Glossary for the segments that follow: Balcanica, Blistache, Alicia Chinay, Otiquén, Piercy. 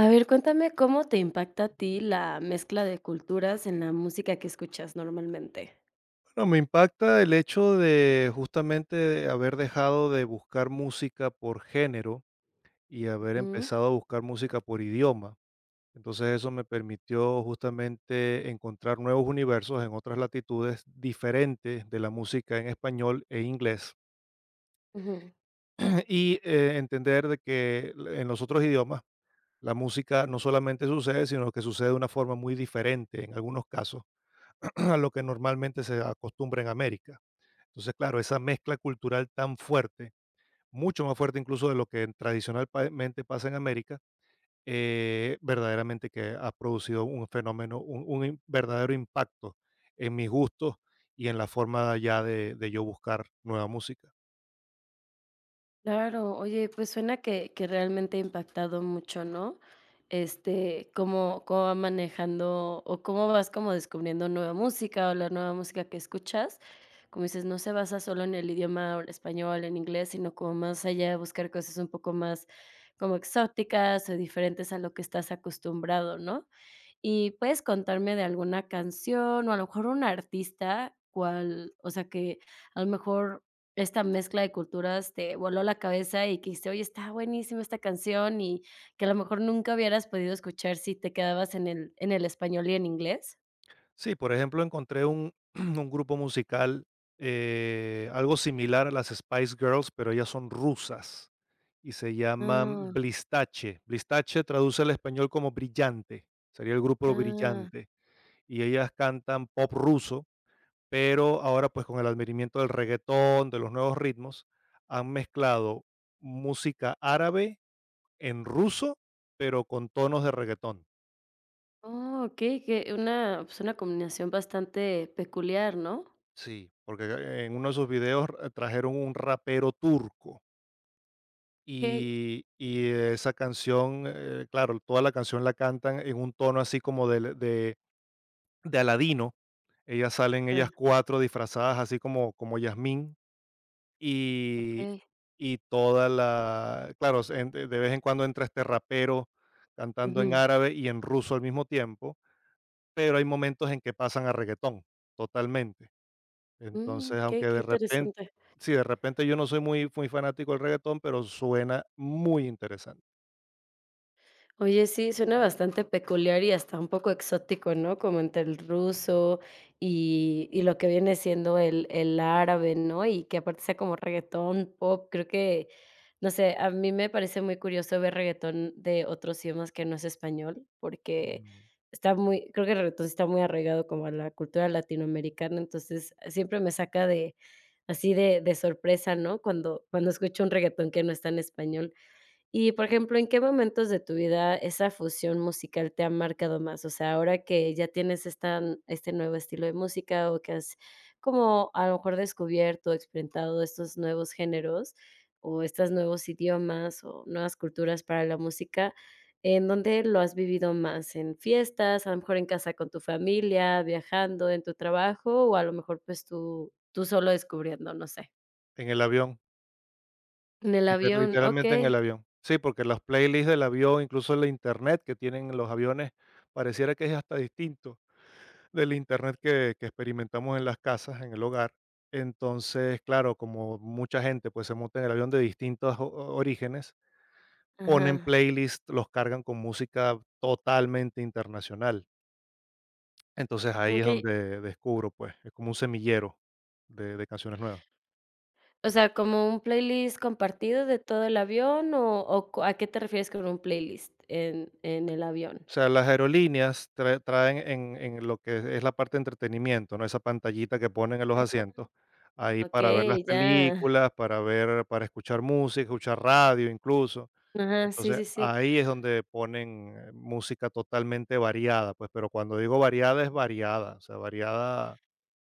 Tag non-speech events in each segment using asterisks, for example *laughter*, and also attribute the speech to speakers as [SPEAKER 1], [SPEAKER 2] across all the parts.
[SPEAKER 1] A ver, cuéntame cómo te impacta a ti la mezcla de culturas en la música que escuchas normalmente.
[SPEAKER 2] No, me impacta el hecho de justamente de haber dejado de buscar música por género y haber
[SPEAKER 1] Ujú,
[SPEAKER 2] empezado a buscar música por idioma. Entonces eso me permitió justamente encontrar nuevos universos en otras latitudes diferentes de la música en español e inglés.
[SPEAKER 1] ujú.
[SPEAKER 2] *clears throat* Y entender de que en los otros idiomas la música no solamente sucede, sino que sucede de una forma muy diferente en algunos casos *clears throat* a lo que normalmente se acostumbra en América. Entonces, claro, esa mezcla cultural tan fuerte, mucho más fuerte incluso de lo que tradicionalmente pasa en América, verdaderamente que ha producido un fenómeno, un verdadero impacto en mis gustos y en la forma ya de yo buscar nueva música.
[SPEAKER 1] Claro, oye, pues suena que realmente ha impactado mucho, ¿no? ¿Cómo, cómo va manejando o cómo vas como descubriendo nueva música o la nueva música que escuchas? Como dices, no se basa solo en el idioma o el español, en inglés, sino como más allá de buscar cosas un poco más como exóticas o diferentes a lo que estás acostumbrado, ¿no? ¿Y puedes contarme de alguna canción o a lo mejor un artista cual, o sea, que a lo mejor esta mezcla de culturas te voló la cabeza y que dijiste: "Oye, está buenísima esta canción", y que a lo mejor nunca hubieras podido escuchar si te quedabas en el español y en inglés?
[SPEAKER 2] Sí, por ejemplo, encontré *clears throat* un grupo musical algo similar a las Spice Girls, pero ellas son rusas y se
[SPEAKER 1] Ah,
[SPEAKER 2] llaman Blistache. Blistache traduce al español como brillante, sería el grupo
[SPEAKER 1] ah,
[SPEAKER 2] brillante. Y ellas cantan pop ruso, pero ahora pues con el advenimiento del reguetón, de los nuevos ritmos, han mezclado música árabe en ruso, pero con tonos de reguetón.
[SPEAKER 1] oh, okey, que una, pues, una combinación bastante peculiar, ¿no?
[SPEAKER 2] Sí, porque en uno de sus videos trajeron un rapero turco
[SPEAKER 1] Okey.
[SPEAKER 2] y esa canción, claro, toda la canción la cantan en un tono así como de Aladino. Ellas salen, ellas
[SPEAKER 1] Ah,
[SPEAKER 2] cuatro disfrazadas así como, como Yasmín. Y
[SPEAKER 1] okey.
[SPEAKER 2] y toda la claro, se en de vez en cuando entra este rapero cantando en
[SPEAKER 1] Ujú.
[SPEAKER 2] árabe y en ruso al mismo tiempo, pero hay momentos en que pasan a reggaetón totalmente.
[SPEAKER 1] Mm,
[SPEAKER 2] Entonces, aunque
[SPEAKER 1] okey, qué
[SPEAKER 2] de repente,
[SPEAKER 1] interesante.
[SPEAKER 2] sí, de repente yo no soy muy muy fanático del reggaetón, pero suena muy interesante.
[SPEAKER 1] Oye, sí, suena bastante peculiar y hasta un poco exótico, ¿no? Como entre el ruso y lo que viene siendo el árabe, ¿no? Y que aparte sea como reguetón, pop, creo que, no sé, a mí me parece muy curioso ver reguetón de otros idiomas que no es español, porque
[SPEAKER 2] Mm.
[SPEAKER 1] está muy, creo que el reguetón sí está muy arraigado como a la cultura latinoamericana, entonces, siempre me saca de así de sorpresa, ¿no? Cuando escucho un reguetón que no está en español. Y, por ejemplo, ¿en qué momentos de tu vida esa fusión musical te ha marcado más? O sea, ahora que ya tienes esta este nuevo estilo de música o que has como a lo mejor descubierto, experimentado estos nuevos géneros o estos nuevos idiomas o nuevas culturas para la música, ¿en dónde lo has vivido más? ¿En fiestas, a lo mejor en casa con tu familia, viajando, en tu trabajo o a lo mejor, pues, tú solo descubriendo, no sé?
[SPEAKER 2] En el avión,
[SPEAKER 1] En el avión,
[SPEAKER 2] literalmente en
[SPEAKER 1] okey,
[SPEAKER 2] el avión. Sí, porque las playlists del avión, incluso la internet que tienen los aviones, pareciera que es hasta distinto del internet que experimentamos en las casas, en el hogar. Entonces, claro, como mucha gente pues se monta en el avión de distintos orígenes, ponen
[SPEAKER 1] ajá,
[SPEAKER 2] playlists, los cargan con música totalmente internacional. Entonces ahí es
[SPEAKER 1] okey.
[SPEAKER 2] donde descubro, pues, es como un semillero de canciones nuevas.
[SPEAKER 1] O sea, ¿como un playlist compartido de todo el avión o co a qué te refieres con un playlist en el avión?
[SPEAKER 2] O sea, las aerolíneas traen en lo que es la parte de entretenimiento, ¿no? Esa pantallita que ponen en los asientos, ahí para ver las
[SPEAKER 1] Okey, ya.
[SPEAKER 2] películas, para ver, para escuchar música, escuchar radio incluso.
[SPEAKER 1] Ajá, sí,
[SPEAKER 2] Entonces,
[SPEAKER 1] sí, sí.
[SPEAKER 2] ahí es donde ponen, música totalmente variada, pues, pero cuando digo variada, es variada, o sea, variada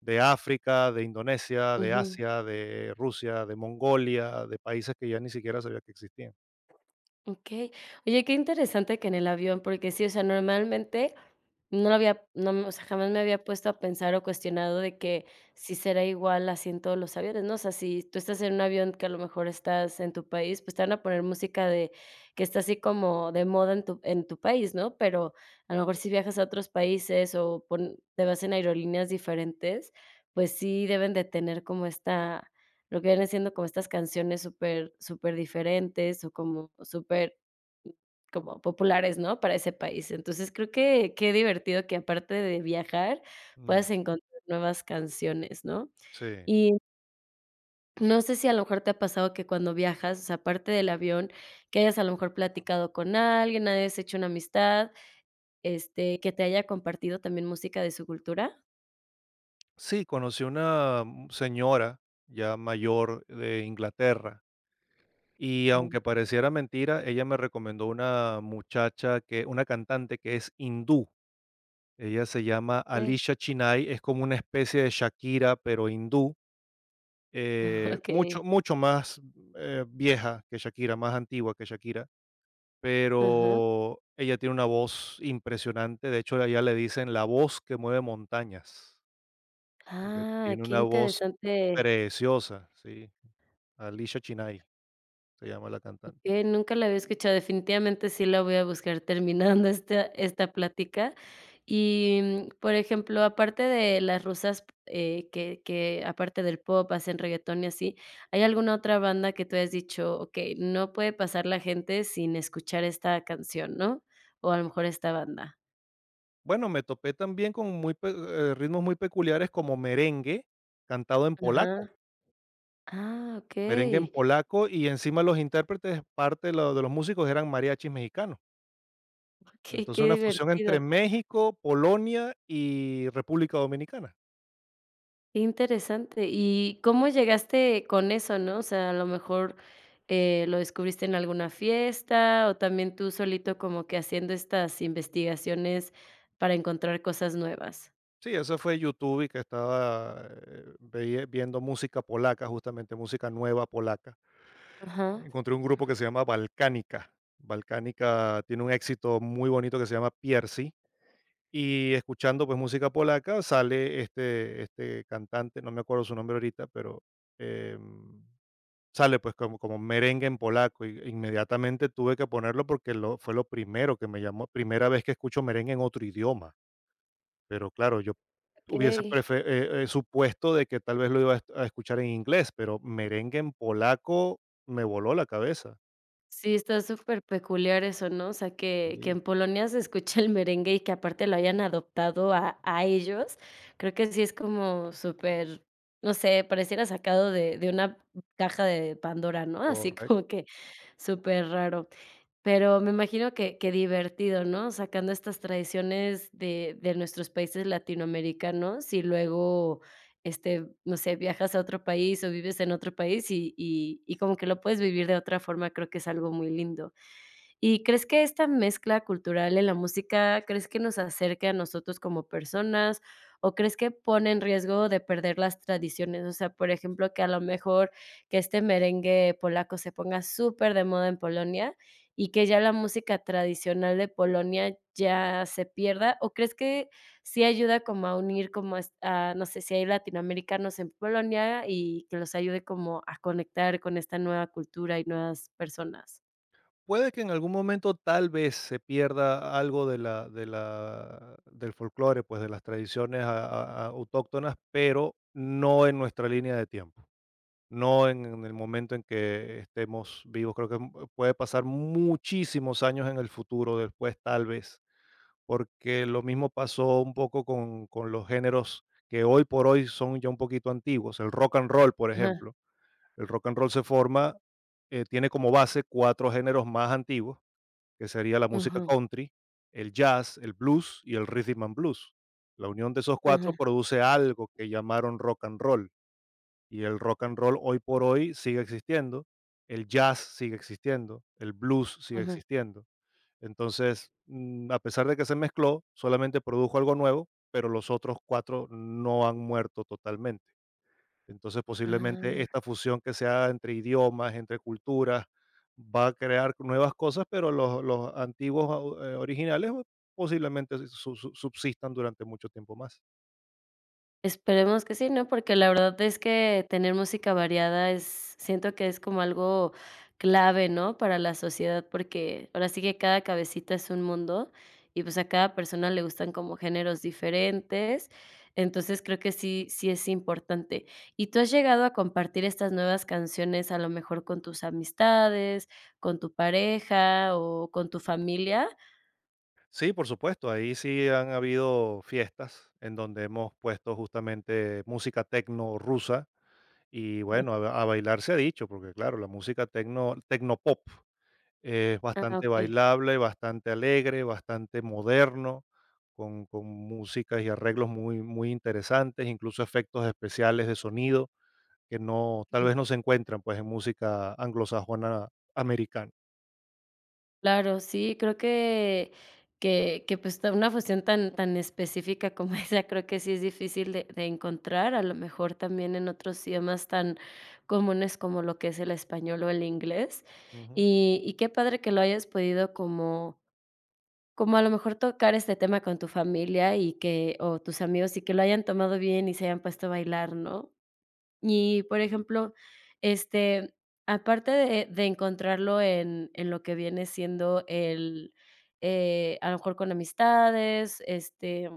[SPEAKER 2] de África, de Indonesia, de Asia, de Rusia, de Mongolia, de países que ya ni siquiera sabía que existían.
[SPEAKER 1] Okey. Oye, qué interesante que en el avión, porque sí, o sea, normalmente no lo había no, o sea, jamás me había puesto a pensar o cuestionado de que si será igual así en todos los aviones, ¿no? O sea, si tú estás en un avión que a lo mejor estás en tu país, pues te van a poner música de que está así como de moda en tu país, ¿no? Pero a lo mejor si viajas a otros países o pon te vas en aerolíneas diferentes, pues sí deben de tener como esta, lo que vienen siendo como estas canciones súper súper diferentes o como súper, mm, como populares, ¿no?, para ese país. Entonces, creo que qué divertido que aparte de viajar,
[SPEAKER 2] Mm,
[SPEAKER 1] puedas encontrar nuevas canciones, ¿no?
[SPEAKER 2] sí.
[SPEAKER 1] Y no sé si a lo mejor te ha pasado que cuando viajas, o sea, aparte del avión, que hayas a lo mejor platicado con alguien, hayas hecho una amistad, que te haya compartido también música de su cultura.
[SPEAKER 2] Sí, conocí una señora ya mayor de Inglaterra, y aunque pareciera mentira, ella me recomendó una muchacha, que una cantante que es hindú. Ella se llama
[SPEAKER 1] Okey.
[SPEAKER 2] Alicia Chinay, es como una especie de Shakira, pero hindú,
[SPEAKER 1] Okey.
[SPEAKER 2] mucho,
[SPEAKER 1] *laughs*
[SPEAKER 2] mucho más vieja que Shakira, más antigua que Shakira,
[SPEAKER 1] Ajá.
[SPEAKER 2] pero ella tiene una voz impresionante. De hecho allá le dicen la voz que mueve montañas, porque
[SPEAKER 1] Ah,
[SPEAKER 2] tiene
[SPEAKER 1] qué
[SPEAKER 2] una voz
[SPEAKER 1] interesante.
[SPEAKER 2] preciosa, sí. Alicia Chinay se llama la cantante.
[SPEAKER 1] Okey, nunca la había escuchado. Definitivamente sí la voy a buscar terminando esta plática. Y, mm, por ejemplo, aparte de las rusas, que aparte del pop hacen reguetón y así, ¿hay alguna otra banda que tú hayas dicho: "Okey, no puede pasar la gente sin escuchar esta canción", ¿no? O a lo mejor esta banda.
[SPEAKER 2] Bueno, me topé también con ritmos muy peculiares como merengue cantado en polaco.
[SPEAKER 1] Ajá. Ah,
[SPEAKER 2] Merengue en
[SPEAKER 1] okey.
[SPEAKER 2] polaco, y encima los intérpretes, parte de lo de los músicos eran mariachis mexicanos.
[SPEAKER 1] Okey, *laughs*
[SPEAKER 2] Entonces,
[SPEAKER 1] qué
[SPEAKER 2] una fusión entre
[SPEAKER 1] divertido.
[SPEAKER 2] México, Polonia y República Dominicana.
[SPEAKER 1] Qué interesante. ¿Y cómo llegaste con eso, no? O sea, a lo mejor, lo descubriste en alguna fiesta, o también tú solito como que haciendo estas investigaciones para encontrar cosas nuevas.
[SPEAKER 2] Sí, eso fue YouTube, y que estaba, veie viendo música polaca, justamente música nueva polaca.
[SPEAKER 1] Ajá.
[SPEAKER 2] Encontré un grupo que se llama Balcanica. Balcanica tiene un éxito muy bonito que se llama Piercy, y escuchando, pues, música polaca, sale este cantante, no me acuerdo su nombre ahorita, pero em sale pues como, como merengue en polaco. Y inmediatamente tuve que ponerlo, porque lo, fue lo primero que me llamó, primera vez que escucho merengue en otro idioma. Pero claro, yo
[SPEAKER 1] Ok.
[SPEAKER 2] supuesto de que tal vez lo iba a escuchar en inglés, pero merengue en polaco me voló la cabeza.
[SPEAKER 1] Sí, está súper peculiar eso, ¿no? O sea, que
[SPEAKER 2] Sí,
[SPEAKER 1] en Polonia se escuche el merengue y que aparte lo hayan adoptado a ellos, creo que sí es como súper, no sé, pareciera sacado de una caja de Pandora, ¿no? Así *laughs* como
[SPEAKER 2] correcto.
[SPEAKER 1] que súper raro. Pero me imagino que divertido, ¿no? Sacando estas tradiciones de nuestros países latinoamericanos y luego no sé, viajas a otro país o vives en otro país y y como que lo puedes vivir de otra forma, creo que es algo muy lindo. ¿Y crees que esta mezcla cultural en la música, crees que nos acerca a nosotros como personas o crees que pone en riesgo de perder las tradiciones? O sea, por ejemplo, que a lo mejor que este merengue polaco se ponga súper de moda en Polonia y que ya la música tradicional de Polonia ya se pierda, ¿o crees que sí ayuda como a unir como no sé, si hay latinoamericanos en Polonia y que los ayude como a conectar con esta nueva cultura y nuevas personas?
[SPEAKER 2] Puede que en algún momento tal vez se pierda algo del folclore, pues de las tradiciones autóctonas, pero no en nuestra línea de tiempo, no en el momento en que estemos vivos. Creo que puede pasar muchísimos años en el futuro, después tal vez, porque lo mismo pasó un poco con los géneros que hoy por hoy son ya un poquito antiguos. El rock and roll, por
[SPEAKER 1] Ajá,
[SPEAKER 2] ejemplo. El rock and roll se forma, tiene como base cuatro géneros más antiguos, que sería la música
[SPEAKER 1] ujú.
[SPEAKER 2] country, el jazz, el blues y el rhythm and blues. La unión de esos cuatro
[SPEAKER 1] Ujú,
[SPEAKER 2] produce algo que llamaron rock and roll, y el rock and roll hoy por hoy sigue existiendo, el jazz sigue existiendo, el blues sigue
[SPEAKER 1] ujú.
[SPEAKER 2] existiendo. Entonces, mm, a pesar de que se mezcló, solamente produjo algo nuevo, pero los otros 4 no han muerto totalmente. Entonces, posiblemente
[SPEAKER 1] Ah,
[SPEAKER 2] esta fusión que se haga entre idiomas, entre culturas, va a crear nuevas cosas, pero los antiguos, originales, posiblemente su su subsistan durante mucho tiempo más.
[SPEAKER 1] esperemos que sí, ¿no? Porque la verdad es que tener música variada es, siento que es como algo clave, ¿no? Para la sociedad, porque ahora sí que cada cabecita es un mundo y, pues, a cada persona le gustan como géneros diferentes. Entonces, creo que sí es importante. ¿Y tú has llegado a compartir estas nuevas canciones, a lo mejor con tus amistades, con tu pareja o con tu familia?
[SPEAKER 2] Sí, por supuesto. Ahí sí han habido fiestas en donde hemos puesto justamente música tecno rusa, y bueno, a, a bailar se ha dicho, porque claro, la música tecno, tecnopop es
[SPEAKER 1] Ah,
[SPEAKER 2] bastante
[SPEAKER 1] okey.
[SPEAKER 2] bailable, bastante alegre, bastante moderno, con músicas y arreglos muy, muy interesantes, incluso efectos especiales de sonido que no, tal vez no se encuentran pues en música anglosajona americana.
[SPEAKER 1] Claro, sí, creo que que, pues, ta una fusión tan tan específica como *laughs* esa, creo que sí es difícil de encontrar, a lo mejor también en otros idiomas tan comunes como lo que es el español o el inglés.
[SPEAKER 2] Ujú.
[SPEAKER 1] Y qué padre que lo hayas podido como como a lo mejor tocar este tema con tu familia y que o tus amigos, y que lo hayan tomado bien y se hayan puesto a bailar, ¿no? Y, por ejemplo, este, aparte de encontrarlo en lo que viene siendo el, a lo mejor con amistades,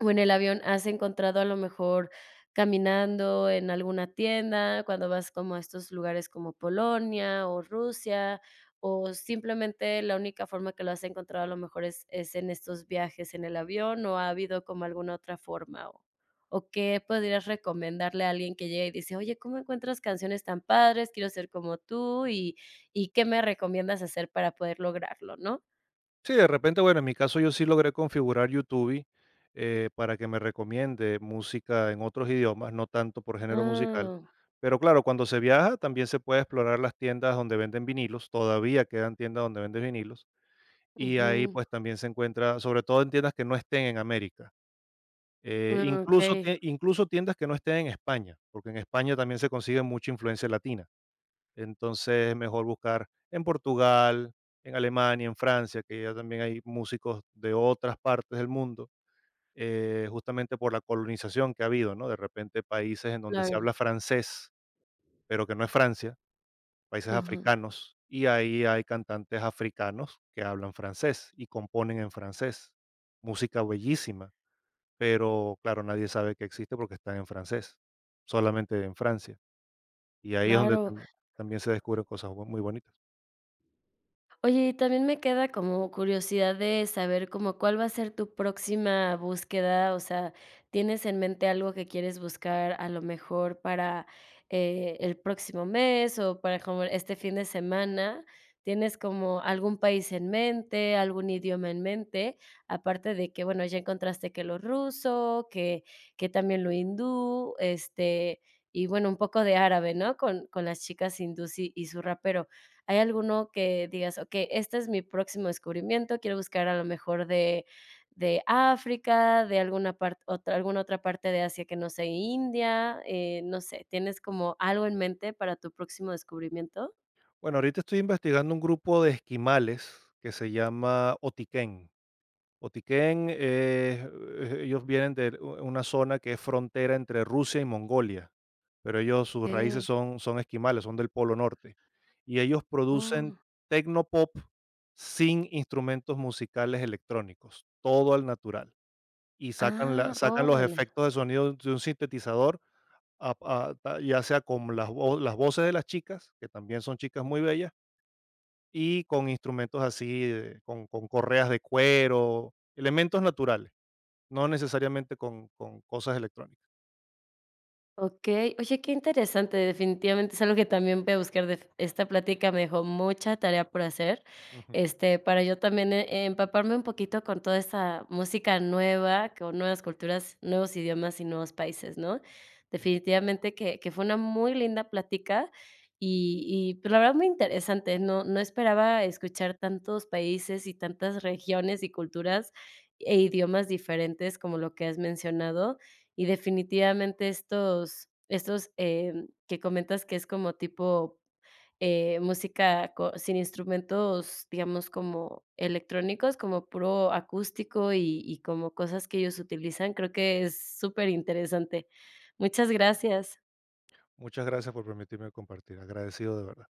[SPEAKER 1] o en el avión, ¿has encontrado a lo mejor caminando en alguna tienda, cuando vas como a estos lugares como Polonia o Rusia, o simplemente la única forma que lo has encontrado a lo mejor es en estos viajes en el avión, o ha habido como alguna otra forma? O qué podrías recomendarle a alguien que llega y dice: "Oye, ¿cómo encuentras canciones tan padres? Quiero ser como tú, y qué me recomiendas hacer para poder lograrlo?", ¿no?
[SPEAKER 2] Sí, de repente, bueno, en mi caso yo sí logré configurar YouTube, para que me recomiende música en otros idiomas, no tanto por género musical.
[SPEAKER 1] Ah,
[SPEAKER 2] Pero claro, cuando se viaja también se puede explorar las tiendas donde venden vinilos, todavía quedan tiendas donde venden vinilos, y ahí
[SPEAKER 1] ujú.
[SPEAKER 2] pues también se encuentra, sobre todo en tiendas que no estén en América,
[SPEAKER 1] Ah, okey,
[SPEAKER 2] incluso tiendas que no estén en España, porque en España también se consigue mucha influencia latina. Entonces es mejor buscar en Portugal, en Alemania, en Francia, que ya también hay músicos de otras partes del mundo, justamente por la colonización que ha habido, ¿no? De repente países en donde se
[SPEAKER 1] claro,
[SPEAKER 2] habla francés, pero que no es Francia, países
[SPEAKER 1] ajá.
[SPEAKER 2] africanos, y ahí hay cantantes africanos que hablan francés y componen en francés. Música bellísima, pero claro, nadie sabe que existe porque están en francés, solamente en Francia. Y ahí es donde
[SPEAKER 1] Claro.
[SPEAKER 2] también se descubren cosas muy bonitas.
[SPEAKER 1] Oye, y también me queda como curiosidad de saber como cuál va a ser tu próxima búsqueda, o sea, ¿tienes en mente algo que quieres buscar a lo mejor para, el próximo mes o para como este fin de semana? ¿Tienes como algún país en mente, algún idioma en mente? Aparte de que, bueno, ya encontraste que lo ruso, que también lo hindú, y bueno, un poco de árabe, ¿no? Con las chicas hindús y su rapero. ¿Hay alguno que digas: "Okey, este es mi próximo descubrimiento"? Quiero buscar a lo mejor de África, de alguna parte otra alguna otra parte de Asia que no sé, India, no sé, ¿tienes como algo en mente para tu próximo descubrimiento?
[SPEAKER 2] Bueno, ahorita estoy investigando un grupo de esquimales que se llama Otiquén. Otiquén, ellos vienen de una zona que es frontera entre Rusia y Mongolia, pero ellos, sus raíces
[SPEAKER 1] Okey,
[SPEAKER 2] son, son esquimales, son del Polo Norte. Y ellos producen
[SPEAKER 1] oh.
[SPEAKER 2] tecnopop sin instrumentos musicales electrónicos, todo al natural. Y sacan,
[SPEAKER 1] Ah,
[SPEAKER 2] sacan los
[SPEAKER 1] órale.
[SPEAKER 2] efectos de sonido de un sintetizador, ya sea con las voces de las chicas, que también son chicas muy bellas, y con instrumentos así, con correas de cuero, elementos naturales, no necesariamente con cosas electrónicas.
[SPEAKER 1] Okey. Oye, qué interesante. Definitivamente es algo que también voy a buscar, de esta plática me dejó mucha tarea por hacer,
[SPEAKER 2] Ujú.
[SPEAKER 1] para yo también, empaparme un poquito con toda esta música nueva, con nuevas culturas, nuevos idiomas y nuevos países, ¿no?
[SPEAKER 2] Ujú.
[SPEAKER 1] Definitivamente que fue una muy linda plática y, pues, la verdad muy interesante. No esperaba escuchar tantos países y tantas regiones y culturas e idiomas diferentes como lo que has mencionado. Y definitivamente estos, que comentas que es como tipo, música co sin instrumentos, digamos, como electrónicos, como puro acústico y como cosas que ellos utilizan, creo que es súper interesante. Muchas gracias.
[SPEAKER 2] Muchas gracias por permitirme compartir, agradecido de verdad.